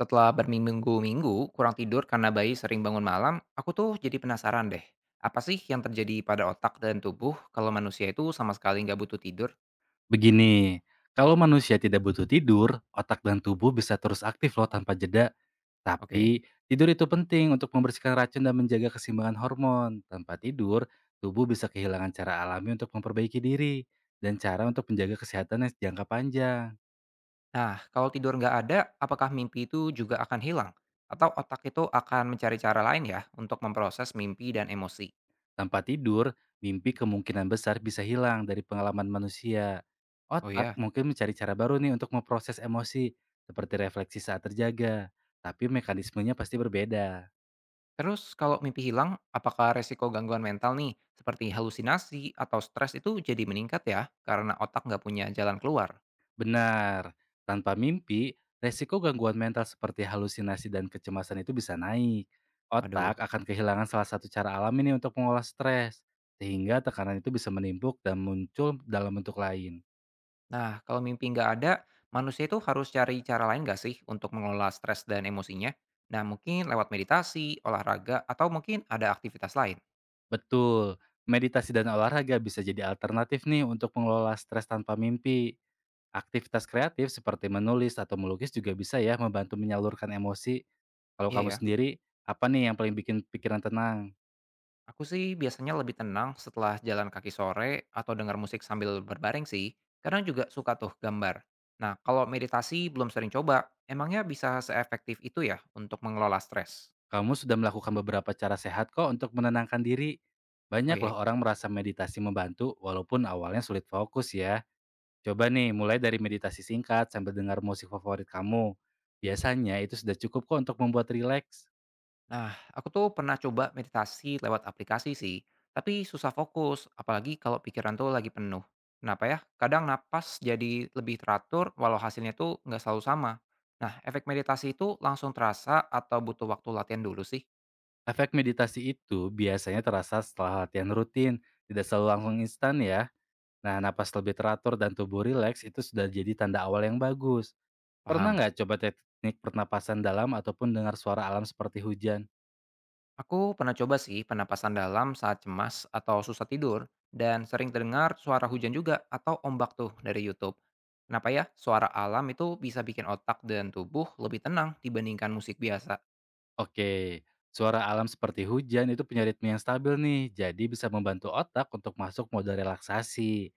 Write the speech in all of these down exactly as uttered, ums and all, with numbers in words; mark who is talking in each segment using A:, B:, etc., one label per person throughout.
A: Setelah berminggu-minggu kurang tidur karena bayi sering bangun malam, aku tuh jadi penasaran deh. Apa sih yang terjadi pada otak dan tubuh kalau manusia itu sama sekali nggak butuh tidur?
B: Begini, kalau manusia tidak butuh tidur, otak dan tubuh bisa terus aktif loh tanpa jeda.
A: Oke.
B: Tapi, tidur itu penting untuk membersihkan racun dan menjaga keseimbangan hormon. Tanpa tidur, tubuh bisa kehilangan cara alami untuk memperbaiki diri dan cara untuk menjaga kesehatan yang jangka panjang.
A: Nah, kalau tidur nggak ada, apakah mimpi itu juga akan hilang? Atau otak itu akan mencari cara lain ya untuk memproses mimpi dan emosi?
B: Tanpa tidur, mimpi kemungkinan besar bisa hilang dari pengalaman manusia.
A: Oh
B: Otak
A: ya.
B: mungkin mencari cara baru nih untuk memproses emosi, seperti refleksi saat terjaga. Tapi mekanismenya pasti berbeda.
A: Terus kalau mimpi hilang, apakah resiko gangguan mental nih, seperti halusinasi atau stres itu jadi meningkat ya karena otak nggak punya jalan keluar?
B: Benar, tanpa mimpi, resiko gangguan mental seperti halusinasi dan kecemasan itu bisa naik.
A: Waduh.
B: Otak akan kehilangan salah satu cara alami nih untuk mengolah stres, sehingga tekanan itu bisa menimpuk dan muncul dalam bentuk lain.
A: Nah, kalau mimpi nggak ada, manusia itu harus cari cara lain nggak sih untuk mengelola stres dan emosinya? Nah, mungkin lewat meditasi, olahraga, atau mungkin ada aktivitas lain.
B: Betul, meditasi dan olahraga bisa jadi alternatif nih untuk mengelola stres tanpa mimpi. Aktivitas kreatif seperti menulis atau melukis juga bisa ya membantu menyalurkan emosi. Kalau
A: Iya
B: kamu
A: ya,
B: sendiri, apa nih yang paling bikin pikiran tenang?
A: aku sih biasanya lebih tenang setelah jalan kaki sore atau dengar musik sambil berbaring sih. Kadang juga suka tuh gambar. Nah, kalau meditasi belum sering coba, emangnya bisa seefektif itu ya untuk mengelola stres?
B: Kamu sudah melakukan beberapa cara sehat kok untuk menenangkan diri.
A: Oh
B: Banyak
A: iya.
B: loh orang merasa meditasi membantu walaupun awalnya sulit fokus ya. Coba nih mulai dari meditasi singkat sambil dengar musik favorit kamu. Biasanya itu sudah cukup kok untuk membuat rileks.
A: Nah, aku tuh pernah coba meditasi lewat aplikasi sih, tapi susah fokus, apalagi kalau pikiran tuh lagi penuh. Kenapa ya? Kadang napas jadi lebih teratur, walau hasilnya tuh nggak selalu sama. Nah, efek meditasi itu langsung terasa atau butuh waktu latihan dulu sih?
B: Efek meditasi itu biasanya terasa setelah latihan rutin, tidak selalu langsung instan ya. Nah, napas lebih teratur dan tubuh rileks itu sudah jadi tanda awal yang bagus. Pernah
A: Paham.
B: nggak coba teknik pernapasan dalam ataupun dengar suara alam seperti hujan?
A: Aku pernah coba sih penapasan dalam saat cemas atau susah tidur, dan sering terdengar suara hujan juga atau ombak tuh dari YouTube. Kenapa ya? Suara alam itu bisa bikin otak dan tubuh lebih tenang dibandingkan musik biasa.
B: Oke, suara alam seperti hujan itu punya ritme yang stabil nih, jadi bisa membantu otak untuk masuk mode relaksasi.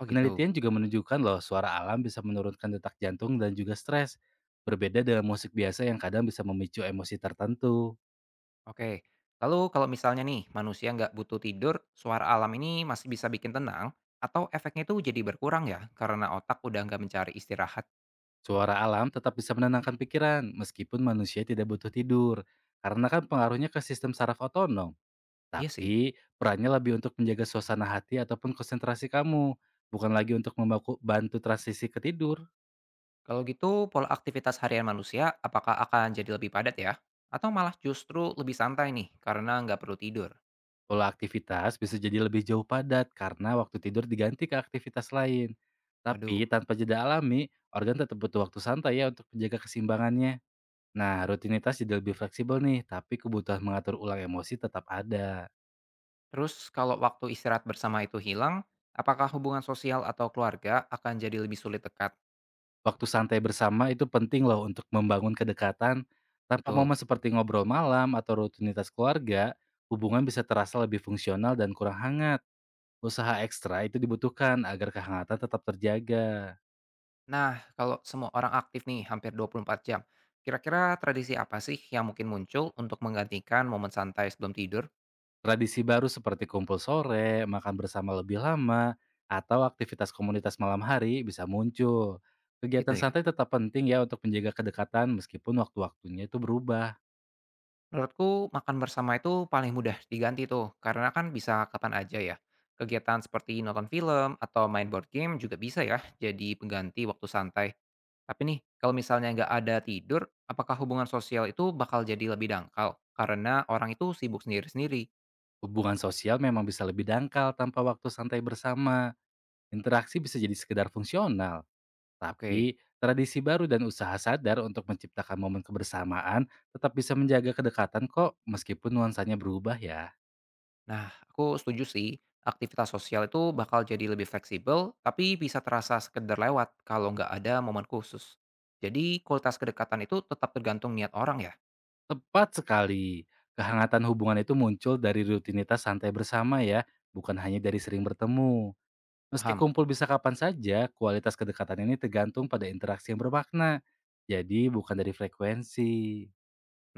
A: Oh gitu.
B: Penelitian juga menunjukkan loh suara alam bisa menurunkan detak jantung dan juga stres. Berbeda dengan musik biasa yang kadang bisa memicu emosi tertentu.
A: Oke, lalu kalau misalnya nih manusia nggak butuh tidur, suara alam ini masih bisa bikin tenang atau efeknya itu jadi berkurang ya karena otak udah nggak mencari istirahat?
B: Suara alam tetap bisa menenangkan pikiran meskipun manusia tidak butuh tidur. Karena kan pengaruhnya ke sistem saraf otonom.
A: Iya sih.
B: Tapi perannya lebih untuk menjaga suasana hati ataupun konsentrasi kamu. Bukan lagi untuk membantu transisi ke tidur.
A: Kalau gitu pola aktivitas harian manusia apakah akan jadi lebih padat ya? Atau malah justru lebih santai nih karena nggak perlu tidur?
B: Pola aktivitas bisa jadi lebih jauh padat karena waktu tidur diganti ke aktivitas lain.
A: Waduh.
B: Tapi tanpa jeda alami, organ tetap butuh waktu santai ya untuk menjaga keseimbangannya. Nah, rutinitas jadi lebih fleksibel nih, tapi kebutuhan mengatur ulang emosi tetap ada.
A: Terus kalau waktu istirahat bersama itu hilang, apakah hubungan sosial atau keluarga akan jadi lebih sulit dekat?
B: Waktu santai bersama itu penting loh untuk membangun kedekatan. Tanpa
A: Betul.
B: momen seperti ngobrol malam atau rutinitas keluarga, hubungan bisa terasa lebih fungsional dan kurang hangat. Usaha ekstra itu dibutuhkan agar kehangatan tetap terjaga.
A: Nah, kalau semua orang aktif nih hampir dua puluh empat jam, kira-kira tradisi apa sih yang mungkin muncul untuk menggantikan momen santai sebelum tidur?
B: Tradisi baru seperti kumpul sore, makan bersama lebih lama, atau aktivitas komunitas malam hari bisa muncul.
A: Gitu
B: Kegiatan
A: ya.
B: santai tetap penting ya untuk menjaga kedekatan meskipun waktu-waktunya itu berubah.
A: Menurutku makan bersama itu paling mudah diganti tuh, karena kan bisa kapan aja ya. Kegiatan seperti nonton film atau main board game juga bisa ya jadi pengganti waktu santai. Tapi nih, kalau misalnya nggak ada tidur, apakah hubungan sosial itu bakal jadi lebih dangkal? Karena orang itu sibuk sendiri-sendiri.
B: Hubungan sosial memang bisa lebih dangkal tanpa waktu santai bersama. Interaksi bisa jadi sekedar fungsional.
A: Oke,
B: Tapi, tradisi baru dan usaha sadar untuk menciptakan momen kebersamaan tetap bisa menjaga kedekatan kok meskipun nuansanya berubah ya.
A: nah, aku setuju sih, aktivitas sosial itu bakal jadi lebih fleksibel, tapi bisa terasa sekedar lewat kalau nggak ada momen khusus. Jadi, kualitas kedekatan itu tetap tergantung niat orang ya,
B: Tepat sekali. Kehangatan hubungan itu muncul dari rutinitas santai bersama ya, bukan hanya dari sering bertemu. Meski
A: paham?
B: kumpul bisa kapan saja, kualitas kedekatan ini tergantung pada interaksi yang bermakna. Jadi bukan dari frekuensi.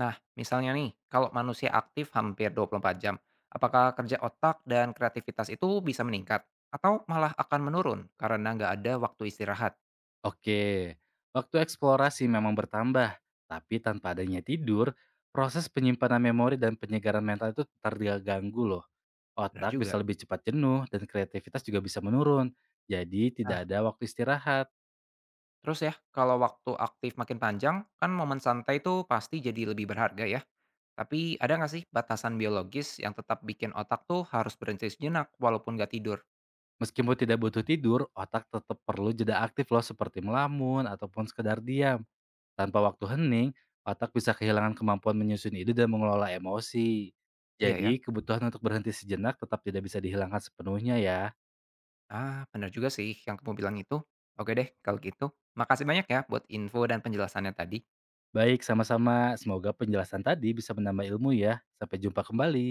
A: Nah, misalnya nih, kalau manusia aktif hampir dua puluh empat jam, apakah kerja otak dan kreativitas itu bisa meningkat? Atau malah akan menurun karena nggak ada waktu istirahat?
B: Oke, waktu eksplorasi memang bertambah, tapi tanpa adanya tidur, proses penyimpanan memori dan penyegaran mental itu terganggu loh.
A: Benar
B: Otak
A: juga.
B: bisa lebih cepat jenuh dan kreativitas juga bisa menurun. Jadi
A: Nah,
B: tidak ada waktu istirahat.
A: terus ya, kalau waktu aktif makin panjang, kan momen santai itu pasti jadi lebih berharga ya. Tapi ada nggak sih batasan biologis yang tetap bikin otak tuh harus berhenti sejenak walaupun nggak tidur?
B: Meskipun tidak butuh tidur, otak tetap perlu jeda aktif loh seperti melamun ataupun sekedar diam. Tanpa waktu hening, otak bisa kehilangan kemampuan menyusun ide dan mengelola emosi.
A: Iya ya?
B: Jadi, kebutuhan untuk berhenti sejenak tetap tidak bisa dihilangkan sepenuhnya ya.
A: Ah, benar juga sih yang kamu bilang itu. Oke deh, kalau gitu. Makasih banyak ya buat info dan penjelasannya tadi.
B: Baik, sama-sama. Semoga penjelasan tadi bisa menambah ilmu ya. Sampai jumpa kembali.